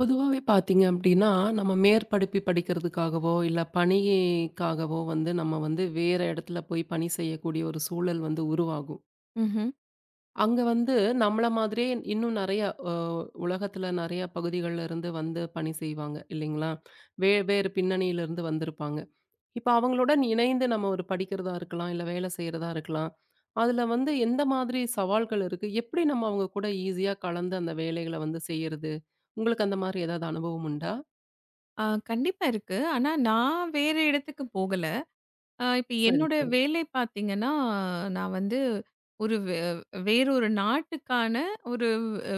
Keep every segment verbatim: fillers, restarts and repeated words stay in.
பொதுவாவே பார்த்தீங்க அப்டின்னா, நம்ம மேற்படிப்பு படிக்கிறதுக்காகவோ, இல்ல பணிக்காகவோ வந்து நம்ம வந்து வேற இடத்துல போய் பணி செய்யக்கூடிய ஒரு சூழல் வந்து உருவாகும். ம்ஹ்ம். அங்க வந்து நம்மள மாதிரியே இன்னும் நெறைய அ உலகத்துல நெறைய பகுதிகள்ல இருந்து வந்து பணி செய்வாங்க இல்லைங்களா? வே வேறு பின்னணியிலிருந்து வந்திருப்பாங்க. இப்ப அவங்களுடன் இணைந்து நம்ம ஒரு படிக்கிறதா இருக்கலாம், இல்ல வேலை செய்றதா இருக்கலாம். அதுல வந்து எந்த மாதிரி சவால்கள் இருக்கு? எப்படி நம்ம அவங்க கூட ஈஸியா கலந்து அந்த வேலைகள வந்து செய்யறது? உங்களுக்கு அந்த மாரி ஏதாவது அனுபவம் உண்டா? ஆ கண்டிப்பா இருக்கு. ஆனா நான் வேற இடத்துக்கு போகல. அ இப்ப சரி, என்னோட சரி. வேலை பார்த்தீங்கன்னா, நான் வந்து ஒரு வே வேறொரு நாட்டுக்கான ஒரு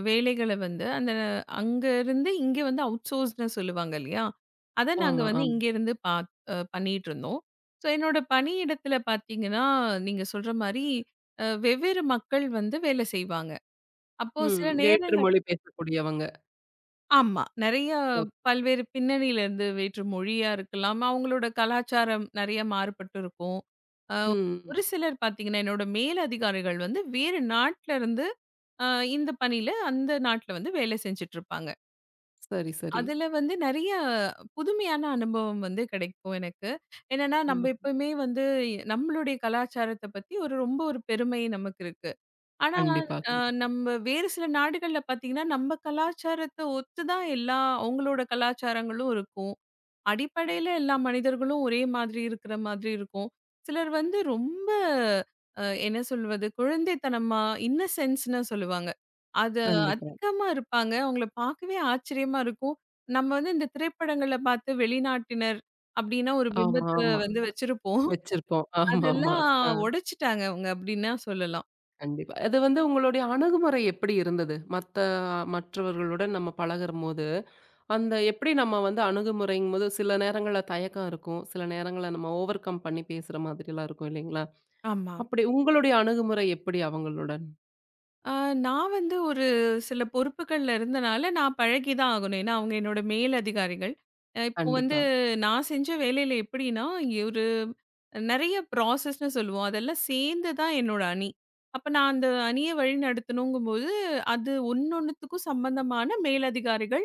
வேலைகள வந்து அந்த அங்கருந்து இங்க வந்து அவுட்சோர்ஸ்ன்னு சொல்லுவாங்க இல்லையா? அத நாங்க ஆமா, வந்து ஆமா. இங்கேருந்து பாத் அ பண்ணிட்டுருந்தோம். ஸோ என்னோட பணியிடத்துல பார்த்தீங்கன்னா, நீங்க சொல்ற மாரி அ வெவ்வேறு மக்கள் வந்து வேலை செய்வாங்க. அப்போ ம். சில வேற்று நேரங்கள்ல மொழி பேசக்கூடியவங்க. ஆமா. நெறைய ஓக் பல்வேறு பின்னணியிலருந்து வேற்று மொழியா இருக்கலாம். அவங்களோட கலாச்சாரம் நெறைய மாறுபட்டு இருக்கும். அ ம். ஒரு சிலர் பார்த்தீங்கன்னா, என்னோட மேல் அதிகாரிகள் வந்து வேறு நாட்லருந்து அ இந்த பணியில அந்த நாட்ல வந்து வேலை செஞ்சுட்டுருப்பாங்க. சரி, சரி. அதுல வந்து நெறைய புதுமையான அனுபவம் வந்து கிடைக்கும் எனக்கு. என்னன்னா, நம்ப கண்டிப் எப்பவுமே வந்து நம்மளுடைய கலாச்சாரத்த பத்தி ஒரு ரொம்ப ஒரு பெருமை நமக்கு இருக்கு. ஆனா, கண்டிப்பா, அ நம்ம வேறு சில நாடுகள்ல பார்த்தீங்கன்னா, நம்ம கலாச்சாரத்த ஒத்து தான் எல்லா அவங்களோட கலாச்சாரங்களும் இருக்கும். அடிப்படையில எல்லா மனிதர்களும் ஒரே மாதிரி இருக்கிற மாதிரி இருக்கும். சிலர் வந்து ரொம்ப அ என்ன சொல்வது? குழந்தைத்தனமா இன்னசென்ஸ்ன்னு சொல்லுவாங்க. அது ம். கண்டிப்பா. அதிகமா இருப்பாங்க. அவங்கள பார்க்கவே ஆச்சரியமா இருக்கும். நம்ம வந்து இந்த திரைப்படங்கள்ல பார்த்து வெளிநாட்டினர் அப்டின்னா ஒரு ஆமா, பிம்பத்த ஆமா. வந்து வச்சிருப்போம். வச்சிருப்போம். ஆமாமா. அதெல்லாம் ஆ உடைச்சுட்டாங்க அவங்க அப்டின்னா சொல்லலாம். கண்டிப்பா. அது வந்து உங்களுடைய அணுகுமுறை எப்படி இருந்தது? மத்த மற்றவர்களுடன் நம்ம பழகும்போது, அந்த எப்படி நம்ம வந்து அணுகுமுறைங்கும்போது சில நேரங்கள்ல தயக்கம் இருக்கும். சில நேரங்கள்ல நம்ம ஓவர் கம் பண்ணி பேசுற மாதிரிலாம் இருக்கும் இல்லைங்களா? ஆமா. அப்படி உங்களுடைய அணுகுமுறை எப்படி அவங்களுடன்? ஆ, நான் வந்து ஒரு சில பொறுப்புகள்ல இருந்தனால, நான் பழகி தான் ஆகணும். ஏன்னா, அவங்க என்னோட மேல் அதிகாரிகள். அ இப்போ வந்து கண்டிப்பா. நான் செஞ்ச வேலையில எப்படின்னா, இங்க ஒரு நெறைய ப்ராசஸ்ன்னு சொல்லுவோம். அதெல்லாம் சேர்ந்து தான் என்னோட அணி. அப்ப நான் அந்த அணிய வழிநடத்தணுங்கும்போது, அது ஒண்ணொண்ணுத்துக்கும் சம்பந்தமான மேலதிகாரிகள்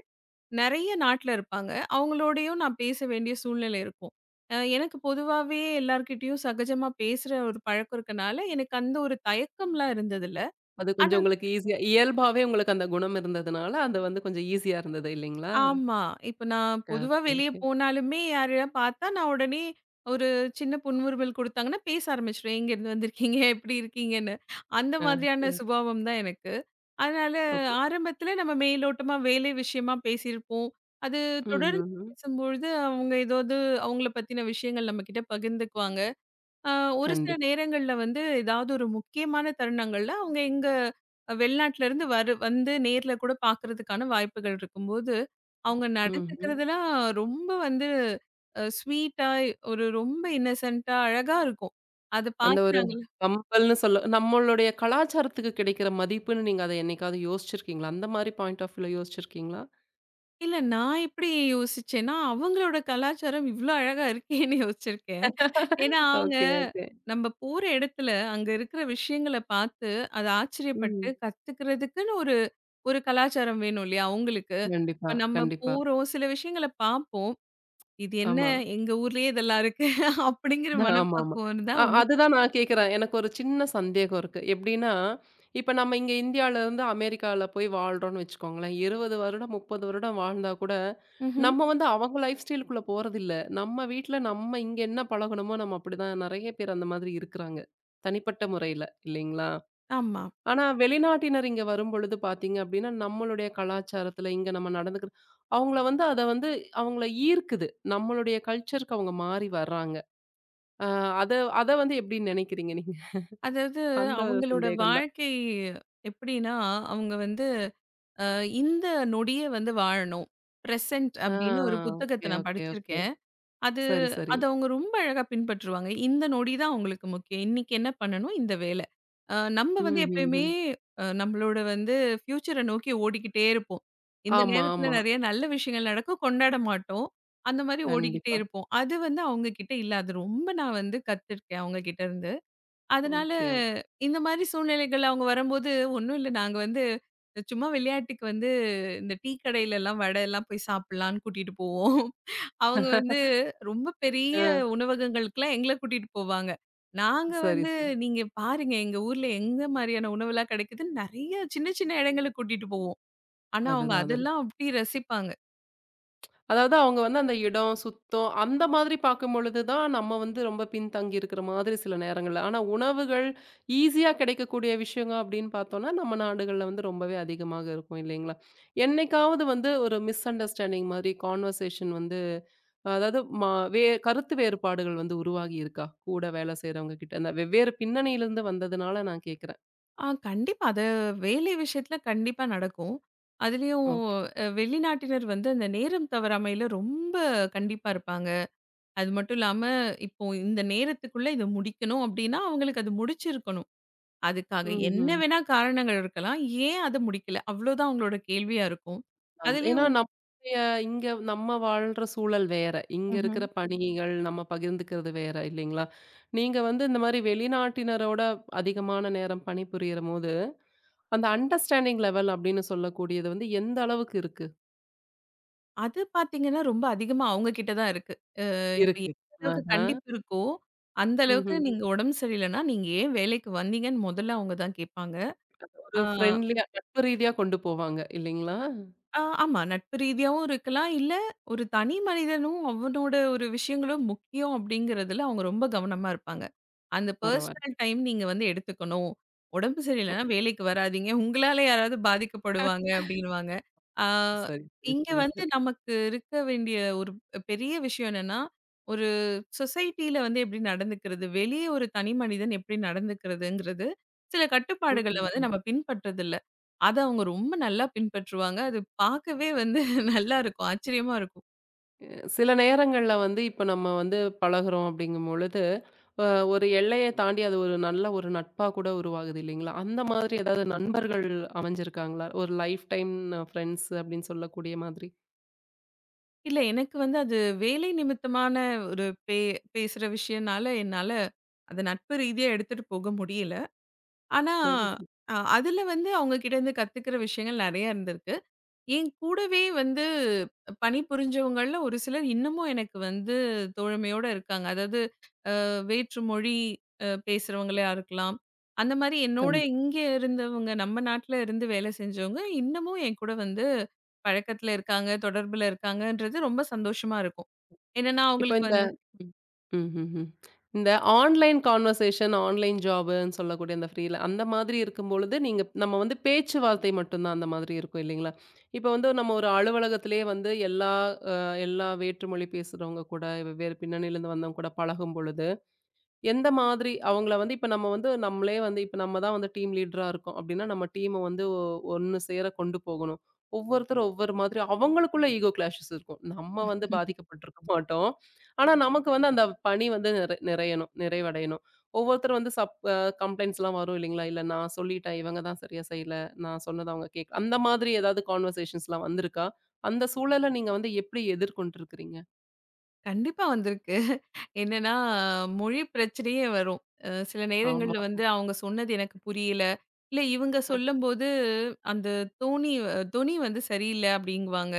நெறைய நாட்ல இருப்பாங்க. அவங்களோடயும் நான் பேச வேண்டிய சூழ்நிலை இருக்கும். அ எனக்கு பொதுவாவே எல்லார்கிட்டயும் சகஜமா பேசுற ஒரு பழக்கம் இருக்கனால, எனக்கு அந்த ஒரு தயக்கம்லாம் இருந்ததில்ல. அது ஆனா கொஞ்சம் உங்களுக்கு ஈஸியா இயல்பாவே உங்களுக்கு அந்த குணம் இருந்ததுனால, அது வந்து கொஞ்சம் ஈஸியா இருந்தது இல்லைங்களா? ஆமா. இப்ப நான் ஓகே, பொதுவா வெளிய ஓகே. போனாலுமே யாரையா பார்த்தா, நான் உடனே ஒரு சின்ன புன்முறுவல் குடுத்தாங்கன்னா, பேச ஆரம்பிச்சுருவேன். எங்கேருந்து வந்திருக்கீங்க? எப்படி இருக்கீங்கன்னு. அந்த ஆ, மாதிரியான ஓகே, சுபாவம் தான் எனக்கு. அதனால ஓகே. ஆரம்பத்தில நம்ம மேலோட்டமா வேலை விஷயமா பேசியிருப்போம். அது ம், ம், தொடர்ந்து ம். பேசும்பொழுது, அவங்க ஏதாவது அவங்கள பத்தின விஷயங்கள் நம்மகிட்ட பகிர்ந்துக்குவாங்க. அ ஒரு சில கண்டிப்பா. நேரங்கள்ல வந்து ஏதாவது ஒரு முக்கியமான தருணங்கள்ல அவங்க எங்க வெளிநாட்டுல இருந்து வரு வந்து நேர்ல கூட பார்க்கறதுக்கான வாய்ப்புகள் இருக்கும்போது, அவங்க ம்ஹ்ம். நடந்துக்கிறதெல்லாம் ரொம்ப வந்து அ ஸ்வீட்டா ஒரு ரொம்ப இன்னசென்ட்டா அழகா இருக்கும். அத அந்த பார்த்து ஒரு நாங்க கம்பல்ன்னு சொல்ல நம்மளுடைய கலாச்சாரத்துக்கு கிடைக்கிற மதிப்புன்னு நீங்க அத என்னைக்காவது யோசிச்சிருக்கீங்களா? அந்த மாரி பாயிண்ட் ஆஃப் வியூல யோசிச்சிருக்கீங்களா? இல்ல நான் எப்படி யோசிச்சேன்னா, அவங்களோட கலாச்சாரம் இவ்ளோ அழகா இருக்கேன்னு யோசிச்சிருக்கேன். ஏன்னா அவங்க ஓகே, ஓகே. நம்ம போற இடத்துல அங்க இருக்கிற விஷயங்கள பார்த்து அத ஆச்சரியப்பட்டு ம். கத்துக்கிறதுக்குன்னு ஒரு ஒரு கலாச்சாரம் வேணும் இல்லையா அவங்களுக்கு. கண்டிப்பா, இப்ப நம்ம கண்டிப்பா. போறோம், சில விஷயங்கள பார்ப்போம். இது என்ன ஆமா. எங்க ஊர்லயே இதெல்லாம் இருக்கு அப்படிங்கிற ஆமாமா. மனப்பக்குவம் இருந்தா அ ஒண்ணு அதுதான் நான் கேட்கிறேன். எனக்கு ஒரு சின்ன சந்தேகம் இருக்கு. எப்படின்னா, இப்ப நம்ம இங்க இந்தியாலருந்து அமெரிக்கால போய் வாழ்றோம்ன்னு வச்சுக்கோங்களேன். இருபது வருடம், முப்பது வருடம் வாழ்ந்தா கூட, ம்ஹ்ம். நம்ம வந்து அவங்க லைஃப் ஸ்டைலுக்குள்ள போறதில்ல. நம்ம வீட்ல நம்ம இங்க என்ன பழகணுமோ, நம்ம அப்படிதான் நெறைய பேர் அந்த மாதிரி இருக்கிறாங்க. தனிப்பட்ட முறையில இல்லைங்களா? ஆமா. ஆனா வெளிநாட்டினர் இங்க வரும்பொழுது பார்த்தீங்க அப்படின்னா, நம்மளுடைய கலாச்சாரத்துல இங்க நம்ம நடந்துக்கிற அவங்கள வந்து அத வந்து அவங்கள ஈர்க்குது. நம்மளுடைய கல்ச்சருக்கு அவங்க மாறி வர்றாங்க. ஆ அத அத வந்து எப்படி நினைக்கிறீங்க நீங்க? அதாவது அந்த ஒரு அவங்களோட சந்தேகம் தான். வாழ்க்கை எப்படின்னா, அவங்க வந்து அ இந்த நொடிய வந்து வாழணும். பிரசன்ட் ஆ அப்படின்னு ஒரு புத்தகத்த ஓகே, நான் ஓகே, ஓகே. படிச்சிருக்கேன். அது சரி, சரி. அது அவங்க ரொம்ப அழகா பின்பற்றுவாங்க. இந்த நொடி தான் அவங்களுக்கு முக்கியம். இன்னைக்கு என்ன பண்ணணும்? இந்த வேலை. அ நம்ம ம், வந்து ம், எப்பயுமே ம். அ நம்மளோட வந்து ஃப்யூச்சர நோக்கி ஓடிக்கிட்டே இருப்போம். இந்த ஆமா, நேரத்துல ஆமா. நெறைய நல்ல விஷயங்கள் நடக்கும். கொண்டாட மாட்டோம். அந்த மாரி ஓடிக்கிட்டே கண்டிப்பா. இருப்போம். அது வந்து அவங்க கிட்ட இல்ல. அது ரொம்ப நான் வந்து கத்துருக்கேன் அவங்க கிட்ட இருந்து. அதனால ஓகே. ஓகே. இந்த மாரி சூழ்நிலைகள் அவங்க வரும்போது, ஒண்ணும் இல்ல நாங்க வந்து சும்மா விளையாட்டுக்கு வந்து இந்த டீ கடையிலலாம் வடைலாம் போய் சாப்பிடலான்னு கூட்டிட்டு போவோம். அவங்க வந்து ரொம்ப பெரிய ஆ உணவகங்களுக்குலாம் எங்கள கூட்டிட்டு போவாங்க. நாங்க சரி, வந்து சரி. நீங்க பாருங்க எங்க ஊர்ல எந்த மாரியான உணவுலாம் கிடைக்குதுன்னு நெறைய சின்ன சின்ன இடங்களுக்கு கூட்டிட்டு போவோம். ஆனா அவங்க அதுதான், அதுதான். அதெல்லாம் அப்படி ரசிப்பாங்க. அதாவது அவங்க வந்து அந்த இடம், சுத்தம் அந்த மாதிரி பார்க்கும்பொழுது தான், நம்ம வந்து ரொம்ப பின்தங்கி இருக்கிற மாதிரி சில நேரங்கள்ல. ஆனா உணவுகள் ஈஸியா கிடைக்கக்கூடிய விஷயங்க அப்படின்னு பார்த்தோம்னா, நம்ம நாடுகள்ல வந்து ரொம்பவே அதிகமாக இருக்கும் இல்லைங்களா? என்னைக்காவது வந்து ஒரு மிஸ் அண்டர்ஸ்டாண்டிங் மாதிரி கான்வர்சேஷன் வந்து அதாவது மா வே கருத்து வேறுபாடுகள் வந்து உருவாகி இருக்கா? கூட வேலை செய்றவங்க கிட்ட. அந்த வெவ்வேறு பின்னணியிலிருந்து வந்ததுனால நான் கேட்கிறேன். ஆ கண்டிப்பா அத வேலை விஷயத்துல கண்டிப்பா நடக்கும். அதுலயும் ஓகே. அ வெளிநாட்டினர் வந்து அந்த நேரம் தவறாமையில ரொம்ப கண்டிப்பா இருப்பாங்க. அது மட்டும் இல்லாம இப்போ இந்த நேரத்துக்குள்ள இத முடிக்கணும் அப்படின்னா அவங்களுக்கு அது முடிச்சிருக்கணும். அதுக்காக என்ன ம்ஹ்ம். வேணா காரணங்கள் இருக்கலாம். ஏன் அத முடிக்கல? அவ்ளோதான் அவங்களோட கேள்வியா இருக்கும். அது ஏன்னா அதுலயும் நம்முடைய இங்க நம்ம வாழ்ற சூழல் வேற. இங்க ம்ஹ்ம். இருக்கிற பணிகள், நம்ம பகிர்ந்துக்கிறது வேற இல்லைங்களா? நீங்க வந்து இந்த மாரி வெளிநாட்டினரோட அதிகமான நேரம் பணிபுரியறம்போது, அந்த அண்டர்ஸ்டாண்டிங் லெவல் அப்படின்னு சொல்லக்கூடியது வந்து எந்த அளவுக்கு இருக்கு? அது பார்த்தீங்கன்னா, ரொம்ப அதிகமா அவங்க கிட்ட தான் இருக்கு. அ இப்ப இருக்கு. எந்த அளவுக்கு ஆஹா. கண்டிப்பு இருக்கோ, அந்த அளவுக்கு ம்ஹ்ம். ம். நீங்க உடம்பு சரியில்லன்னா, நீங்க ஏன் வேலைக்கு வந்தீங்கன்னு முதல்ல அவங்க தான் கேட்பாங்க. ஒரு ஆ. ஃப்ரெண்ட்லியா, நட்பு ரீதியா கொண்டு போவாங்க இல்லைங்களா? ஆ ஆமா. நட்பு ரீதியாவும் இருக்கலாம். இல்ல ஒரு தனி மனிதனும் அவனோட ஒரு விஷயங்களும் முக்கியம் அப்படிங்கிறதுல அவங்க ரொம்ப கவனமா இருப்பாங்க. அந்த பரவால்ல. பர்சனல் டைம் நீங்க வந்து எடுத்துக்கணும். உடம்பு ஓ! சரியில்லன்னா வேலைக்கு வராதீங்க. உங்களால யாராவது பாதிக்கப்படுவாங்க அப்படின்னுவாங்க. ஆ சரி, சரி, இங்க சரி, வந்து சரி. நமக்கு இருக்க வேண்டிய ஒரு பெரிய விஷயம் என்னன்னா, ஒரு சொசைட்டில வந்து எப்படி நடந்துக்கிறது? வெளியே ஒரு தனி மனிதன் எப்படி நடந்துக்கிறதுங்கிறது, சில ம். கட்டுப்பாடுகள வந்து ம். நம்ம பின்பற்றதில்ல. அத அவங்க ரொம்ப நல்லா பின்பற்றுவாங்க. அது பார்க்கவே வந்து நல்லா இருக்கும். ஆச்சரியமா இருக்கும். அ சில நேரங்கள்ல வந்து இப்ப நம்ம வந்து பழகுறோம் அப்படிங்கும்பொழுது, அ ஒரு எல்லைய தாண்டி அது ஒரு நல்ல ஒரு நட்பா கூட உருவாகுது இல்லைங்களா? அந்த மாதிரி ஏதாவது நண்பர்கள் அமைஞ்சிருக்காங்களா? ஒரு லைஃப் டைம் ஃப்ரெண்ட்ஸ் அப்படின்னு சொல்லக்கூடிய மாதிரி. இல்ல எனக்கு வந்து அது வேலை நிமித்தமான ஒரு பே பேசுற விஷயம்னால என்னால அத நட்பு ரீதியா எடுத்துட்டு போக முடியல. ஆனா சரி, சரி. அ அதுல வந்து அவங்க கிட்ட இருந்து கத்துக்கிற விஷயங்கள் நெறைய இருந்திருக்கு. என் கூடவே வந்து பணிபுரிஞ்சவங்கள்ல ஒரு சிலர் இன்னமும் எனக்கு வந்து தோழமையோட இருக்காங்க. அதாவது வேற்று மொழி அ பேசுறவங்களையா இருக்கலாம். அந்த மாரி என்னோட கண்டிப்பா. இங்கே இருந்தவங்க, நம்ம நாட்ல இருந்து வேலை செஞ்சவங்க, இன்னமும் என் கூட வந்து பழக்கத்துல இருக்காங்க, தொடர்புல இருக்காங்கன்றது ரொம்ப சந்தோஷமா இருக்கும். என்னன்னா, இப்ப அவங்களுக்கு இந்த வந்து ம். ம்ஹ்ஹ்ம். இந்த ஆன்லைன் கான்வர்சேஷன், ஆன்லைன் ஜாப்ன்னு சொல்லக்கூடிய அந்த ஃப்ரீல அந்த மாதிரி இருக்கும்பொழுது, நீங்க நம்ம வந்து பேச்சுவார்த்தை மட்டும் தான் அந்த மாதிரி இருக்கும் இல்லைங்களா? இப்ப வந்து நம்ம ஒரு அலுவலகத்திலேயே வந்து எல்லா அ எல்லா வேற்றுமொழி பேசுறவங்க கூட, வெவ்வேறு பின்னணியிலேருந்து வந்தவங்க கூட பழகும் பொழுது, எந்த மாதிரி அவங்கள வந்து இப்ப நம்ம வந்து நம்மளே வந்து இப்ப நம்ம தான் வந்து டீம் லீடரா இருக்கோம் அப்படின்னா, நம்ம டீம வந்து ஒ ஒண்ணு சேர கொண்டு போகணும். ஒவ்வொருத்தரும் ஒவ்வொரு மாதிரி அவங்களுக்குள்ள ஈகோ கிளாஷஸ் இருக்கும். நம்ம வந்து பாதிக்கப்பட்டிருக்க மாட்டோம். ஆனா, நமக்கு வந்து அந்த பணி வந்து நிறை நிறையணும், நிறைவடையணும். ஒவ்வொருத்தரும் வந்து சப் அ கம்ப்ளைண்ட்ஸ்லாம் வரும் இல்லைங்களா? இல்ல நான் சொல்லிட்டேன், இவங்க தான் சரியா செய்யல. நான் சொன்னது அவங்க கேட்கல. அந்த மாதிரி ஏதாவது கான்வர்சேஷன்ஸ்லாம் வந்திருக்கா? அந்த சூழல நீங்க வந்து எப்படி எதிர்கொண்டிருக்கிறீங்க? கண்டிப்பா வந்திருக்கு. என்னன்னா, மொழி பிரச்சனையே வரும். அ சில ஆமா. நேரங்கள்ல வந்து அவங்க சொன்னது எனக்கு புரியல. இல்ல இவங்க அ. சொல்லும்போது அந்த தோணி தொனி வந்து சரியில்ல அப்டிங்குவாங்க.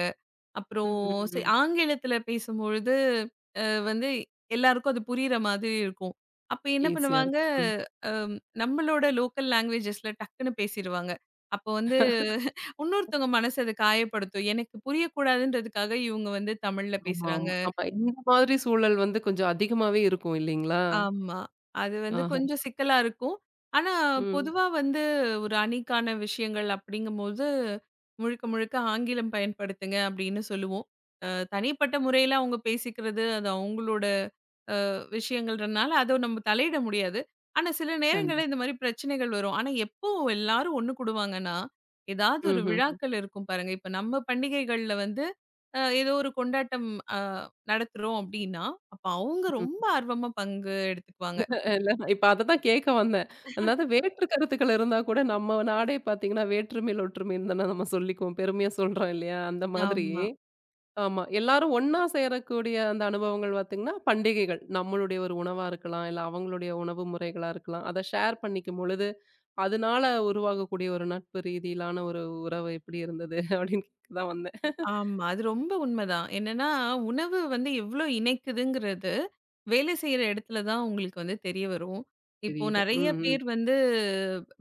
ம், அப்புறம் ம், ச ம். ஆங்கிலத்துல பேசும்பொழுது வந்து எல்லாருக்கும் அது புரியிற மாதிரி இருக்கும். அப்ப என்ன ஈஸியா இருக்கு. பண்ணுவாங்க, ம். அம் நம்மளோட லோக்கல் லாங்குவேஜஸ்ல டக்குன்னு பேசிருவாங்க. அப்போ வந்து உன்னொருத்தவங்க மனசு அது காயப்படுத்தும். எனக்கு புரியக்கூடாதுன்றதுக்காக இவங்க வந்து தமிழ்ல ஆமா, பேசுறாங்க. ஆமா. ஆமா. இந்த மாதிரி சூழல் வந்து கொஞ்சம் அதிகமாவே இருக்கும் இல்லைங்களா? ஆமா. அது வந்து ஆஹா. கொஞ்சம் சிக்கலா இருக்கும். ஆனா, ம். பொதுவா வந்து ஒரு அணிக்கான விஷயங்கள் அப்படிங்கும்போது, முழுக்க முழுக்க ஆங்கிலம் பயன்படுத்துங்க அப்படின்னு சொல்லுவோம். அ தனிப்பட்ட முறையில அவங்க பேசிக்கிறது, அது அவங்களோட விஷயங்கள்ன்றனால, அத நம்ம தலையிட முடியாது. ஆனா, சில நேரங்கள்ல கண்டிப்பா. இந்த மாரி பிரச்சனைகள் வரும். ஆனா, எப்போ எல்லாரும் ஒண்ணு கூடுவாங்கன்னா, ஏதாவது ஒரு ம்ஹ்ம். ம். விழாக்கள் இருக்கும் பாருங்க. இப்ப நம்ம பண்டிகைகள்ல வந்து அ ஏதோ ஒரு கொண்டாட்டம் அ நடத்துறோம் அப்டின்னா, அப்ப அவங்க ம், ம். ரொம்ப ஆர்வமா பங்கு எடுத்துக்குவாங்க. இல்ல இப்ப அததான் கேட்க வந்தேன். அதாவது வேற்று கருத்துக்கள் இருந்தா கூட நம்ம நாடே பார்த்தீங்கன்னா, வேற்றுமையில் ஒற்றுமைன்னு தானே நம்ம சொல்லிக்குவோம். பெருமையா சொல்றோம் இல்லையா? அந்த மாதிரி. ஆமா. ஆமா. எல்லாரும் ஒண்ணா சேரக்கூடிய அந்த அனுபவங்கள் பார்த்தீங்கன்னா, பண்டிகைகள். நம்மளுடைய ஒரு உணவா இருக்கலாம், இல்ல அவங்களுடைய உணவு முறைகளா இருக்கலாம். அத ஷேர் பண்ணிக்கும் பொழுது, அதனால உருவாகக்கூடிய ஒரு நட்பு ரீதியிலான ஒரு உறவு எப்படி இருந்தது? அப்படின்னு கேட்க தான் வந்தேன். ஆமா. அது ரொம்ப உண்மதான். என்னன்னா, உணவு வந்து எவ்ளோ இணைக்குதுங்கிறது, வேலை செய்ற இடத்துல தான் உங்களுக்கு வந்து தெரிய வரும். இப்போ தெரியுது. நெறைய ம், ம். பேர் வந்து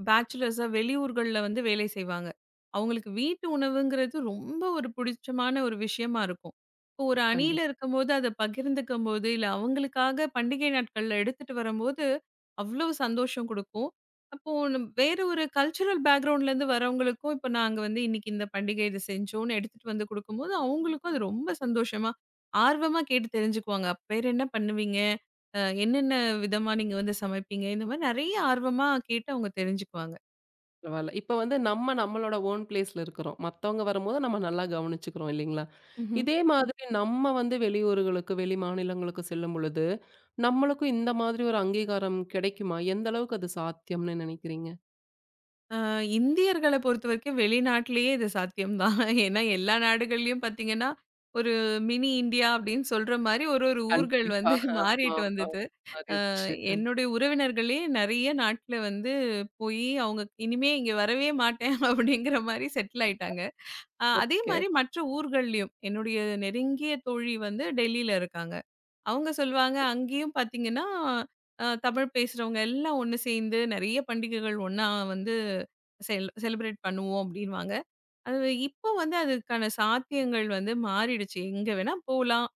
பேச்சுலர்ஸா வெளியூர்கள்ல வந்து வேலை செய்வாங்க. அவங்களுக்கு வீட்டு உணவுங்கிறது ரொம்ப ஒரு பிடிச்சமான ஒரு விஷயமா இருக்கும். இப்போ ஒரு அணியில கண்டிப்பா. இருக்கும்போது, அத பகிர்ந்துக்கும்போது, இல்ல அவங்களுக்காக பண்டிகை நாட்கள்ல எடுத்துட்டு வரும்போது, அவ்ளோ சந்தோஷம் குடுக்கும். அப்போ நம் வேற ஒரு கல்ச்சுரல் பேக்ரவுண்ட்லேருந்து வரவங்களுக்கும், இப்ப நாங்க வந்து இன்னைக்கு இந்த பண்டிகை இத செஞ்சோம்னு எடுத்துட்டு வந்து குடுக்கும்போது, அவங்களுக்கும் அது ரொம்ப சந்தோஷமா, ஆர்வமா கேட்டு தெரிஞ்சுக்குவாங்க. "அப்ப வேற என்ன பண்ணுவீங்க? அ என்னென்ன விதமா நீங்க வந்து சமைப்பீங்க?" இந்த மாரி நெறைய ஆர்வமா கேட்டு அவங்க தெரிஞ்சுக்குவாங்க. பரவால்ல. இப்ப வந்து நம்ம நம்மளோட ஓன் பிளேஸ்ல இருக்கிறோம். மத்தவங்க வரும்போது நம்ம நல்லா கவனிச்சுக்கிறோம் இல்லைங்களா? ம்ஹ்ம். இதே மாதிரி நம்ம வந்து வெளியூர்களுக்கு, வெளி மாநிலங்களுக்கு செல்லும் பொழுது, நம்மளுக்கும் இந்த மாதிரி ஒரு அங்கீகாரம் கிடைக்குமா? எந்த அளவுக்கு அது சாத்தியம்னு நினைக்கிறீங்க? அ இந்தியர்கள பொறுத்தவரைக்கும் வெளிநாட்டிலேயே இது சாத்தியம் தான். ஏன்னா எல்லா நாடுகள்லயும் பாத்தீங்கன்னா, ஒரு மினி இந்தியா அப்படின்னு சொல்ற மாரி ஒரு ஒரு ஊர்கள் கண்டிப்பா. வந்து ஆமா, மாறிட்டு ஆமா. வந்தது. மாறிருச்சு. ம். என்னுடைய உறவினர்களே நெறைய நாட்ல வந்து போயி, அவங்க இனிமே இங்க வரவே மாட்டேன் அப்படிங்கிற மாரி செட்டில் ஆயிட்டாங்க. அ அதே ஓகே. மாரி மற்ற ஊர்கள்லயும் என்னுடைய நெருங்கிய தோழி வந்து டெல்லியில இருக்காங்க. அவங்க சொல்லுவாங்க, அங்கேயும் பார்த்தீங்கன்னா, அ தமிழ் பேசுறவங்க எல்லாம் ஒண்ணு சேர்ந்து நெறைய பண்டிகைகள் ஒண்ணா வந்து செல் செலிப்ரேட் பண்ணுவோம் அப்படின்னுவாங்க. அது இப்போ வந்து அதுக்கான சாத்தியங்கள் வந்து மாறிடுச்சு. எங்க வேணா போலாம்.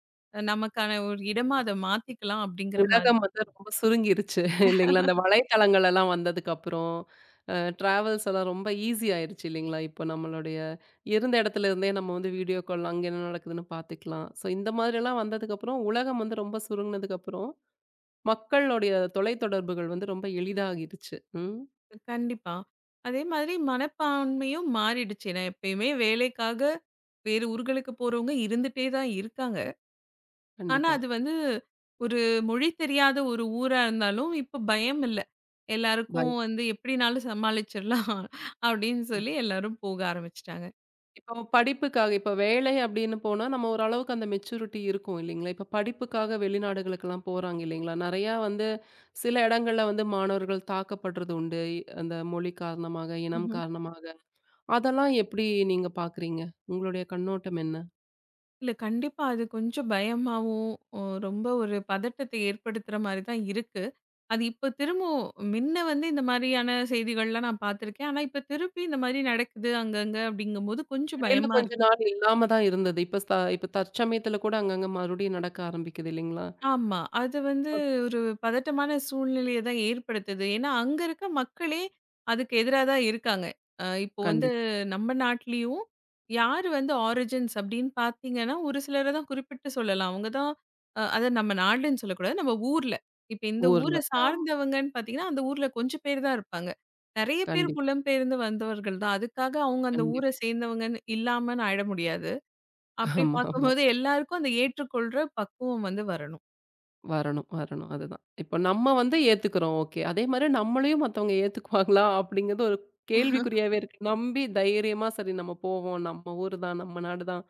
நமக்கான ஒரு இடமா அத மாத்திக்கலாம் அப்படிங்கிற மாதிரி. உலகம் வந்து ரொம்ப சுருங்கிருச்சு இல்லைங்களா? அந்த வலைத்தளங்கள் எல்லாம் வந்ததுக்கப்புறம், அ டிராவல்ஸ் எல்லாம் ரொம்ப ஈஸி ஆயிருச்சு இல்லைங்களா? இப்போ நம்மளுடைய இருந்த இடத்துல இருந்தே நம்ம வந்து வீடியோ கால் அங்க என்ன நடக்குதுன்னு பார்த்துக்கலாம். ஸோ இந்த மாதிரியெல்லாம் வந்ததுக்கப்புறம், உலகம் வந்து ரொம்ப சுருங்குனதுக்கப்புறம், மக்களுடைய தொலைத்தொடர்புகள் வந்து ரொம்ப எளிதாகிருச்சு. ம். கண்டிப்பா. அதே மாதிரி மனப்பான்மையும் மாறிடுச்சு. நான் எப்பயுமே வேலைக்காக வேறு ஊர்களுக்கு போறவங்க இருந்துட்டே தான் இருக்காங்க. ஆனா கண்டிப்பா. அது வந்து ஒரு மொழி தெரியாத ஒரு ஊரா இருந்தாலும் இப்ப பயம் இல்ல. பை எல்லாருக்கும் வந்து எப்படினாலும் சமாளிச்சிடலாம் அப்படின்னு சொல்லி எல்லாரும் போக ஆரம்பிச்சுட்டாங்க. இப்போ படிப்புக்காக இப்போ வேலை அப்படின்னு போனா, நம்ம ஓரளவுக்கு அந்த மெச்சூரிட்டி இருக்கும் இல்லைங்களா? இப்போ படிப்புக்காக வெளிநாடுகளுக்கெல்லாம் போறாங்க இல்லைங்களா? நெறையா வந்து சில இடங்கள்ல வந்து மாணவர்கள் தாக்கப்படுறது உண்டு. இ- அந்த மொழி காரணமாக, இனம் காரணமாக. அதெல்லாம் எப்படி நீங்க பார்க்குறீங்க? உங்களுடைய கண்ணோட்டம் என்ன? இல்ல கண்டிப்பா அது கொஞ்சம் பயமாவும், ஒ ரொம்ப ஒரு பதட்டத்தை ஏற்படுத்துற மாரி தான் இருக்கு. அது இப்ப திரும்பவும் முன்ன வந்து இந்த மாரியான செய்திகள்லாம் நான் பார்த்துருக்கேன். ஆனா இப்ப திருப்பி இந்த மாரி நடக்குது அங்கங்க அப்படிங்கும்போது கொஞ்சம் இடையில பயமா கொஞ்ச நாள் இல்லாம தான் இருந்தது. இப்ப ச இப்ப தற்சமயத்துல கூட அங்கங்க மறுபடியும் நடக்க ஆரம்பிக்குது இல்லைங்களா? ஆமா. அது வந்து ஒரு பதட்டமான சூழ்நிலைய தான் ஏற்படுத்துது. ஏன்னா, அங்க இருக்க மக்களே அதுக்கு எதிரா தான் இருக்காங்க. அ இப்போ வந்து கண்டிப்பா. நம்ம நாட்டிலயும் யார் வந்து ஆரிஜின்ஸ் அப்படின்னு பார்த்தீங்கன்னா, ஒரு சிலர தான் குறிப்பிட்டு சொல்லலாம். அவங்க தான் அ அத நம்ம நாடுன்னு சொல்லக்கூடாது. நம்ம ஊர்ல. இப்ப இந்த ஊர ஊர்ல. ஆமா. சார்ந்தவங்கன்னு பார்த்தீங்கன்னா, அந்த ஊர்ல கொஞ்சம் பேர் தான் இருப்பாங்க. நெறைய பேர் கண்டிப்பா, புலம்பெயர்ந்து வந்தவர்கள் தான். அதுக்காக அவங்க அந்த ஊர கண்டிப்பா. சேர்ந்தவங்கன்னு இல்லாமன்னு ஆயிட முடியாது. அப்படி ஆமா, ஆமா. பார்க்கும்போது எல்லாருக்கும் அந்த ஏற்றுக்கொள்ற பக்குவம் வந்து வரணும். வரணும், வரணும். அதுதான். இப்ப நம்ம வந்து ஏத்துக்கிறோம். ஓகே. அதே மாரி நம்மளையும் மத்தவங்க ஏத்துக்குவாங்களா? அப்படிங்கிறது ஒரு கேள்விக்குறியாவே இருக்கு. நம்பி தைரியமா சரி நம்ம போவோம். நம்ம ஊரு தான், நம்ம நாடு தான்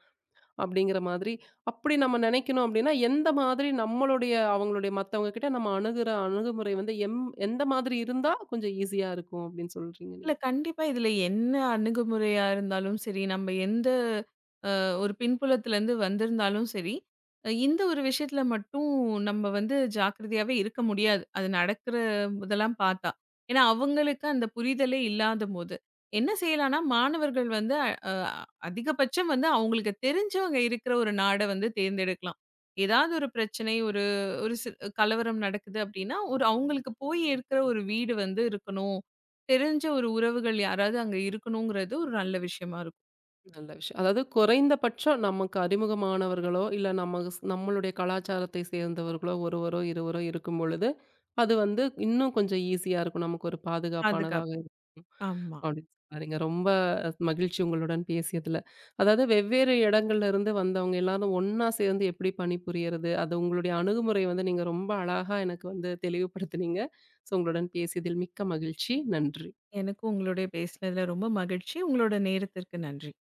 அப்படிங்கிற மாதிரி. அப்படி நம்ம நினைக்கணும் அப்படின்னா, எந்த மாதிரி நம்மளுடைய அவங்களுடைய மத்தவங்க கிட்ட நம்ம அணுகுற அணுகுமுறை வந்து எம் எந்த மாதிரி இருந்தா கொஞ்சம் ஈஸியா இருக்கும் அப்படின்னு சொல்றீங்க இல்ல நீங்க? கண்டிப்பா. இதுல என்ன அணுகுமுறையா இருந்தாலும் சரி, நம்ம எந்த ஒரு பின்புலத்திலேருந்து வந்திருந்தாலும் சரி, அ இந்த ஒரு விஷயத்தில மட்டும் நம்ம வந்து ஜாக்கிரதையாவே இருக்க முடியாது. அது நடக்கிற இதெல்லாம் பார்த்தா. ஏன்னா, அவங்களுக்கு அந்த புரிதலே இல்லாதபோது. என்ன செய்யலாம்னா, மாணவர்கள் வந்து அ அஹ் அதிகபட்சம் வந்து அவங்களுக்கு தெரிஞ்சவங்க இருக்கிற ஒரு நாட வந்து தேர்ந்தெடுக்கலாம். ஏதாவது ஒரு பிரச்சனை, ஒரு ஒரு சி கலவரம் நடக்குது அப்படின்னா, ஒரு அவங்களுக்கு போய் இருக்கிற ஒரு வீடு வந்து இருக்கணும். தெரிஞ்ச ஒரு உறவுகள் யாராவது அங்க இருக்கணுங்கிறது ஒரு நல்ல விஷயமா இருக்கும். நல்ல விஷயம். அதாவது குறைந்தபட்சம் நமக்கு அறிமுகமானவர்களோ, இல்ல நம்ம ஸ் நம்மளுடைய கலாச்சாரத்தை சேர்ந்தவர்களோ, ஒருவரோ, இருவரோ இருக்கும் பொழுது, அது வந்து இன்னும் கொஞ்சம் ஈஸியா இருக்கும். நமக்கு ஒரு பாதுகாப்பானதாக பாதுகாப்பு. இருக்கும். ஆமா. அப்படின்னு சொன்னாருங்க. ரொம்ப மகிழ்ச்சி உங்களுடன் பேசியதுல. அதாவது வெவ்வேறு இடங்கள்ல இருந்து வந்தவங்க எல்லாரும் ஒண்ணா சேர்ந்து எப்படி பணிபுரியறது? அது உங்களுடைய அணுகுமுறை வந்து நீங்க ரொம்ப அழகா எனக்கு வந்து தெளிவுபடுத்துனீங்க. ஸோ உங்களுடன் பேசியதில் மிக்க மகிழ்ச்சி. நன்றி. எனக்கும் உங்களுடைய பேசினதுல ரொம்ப மகிழ்ச்சி. உங்களோட நேரத்திற்கு நன்றி.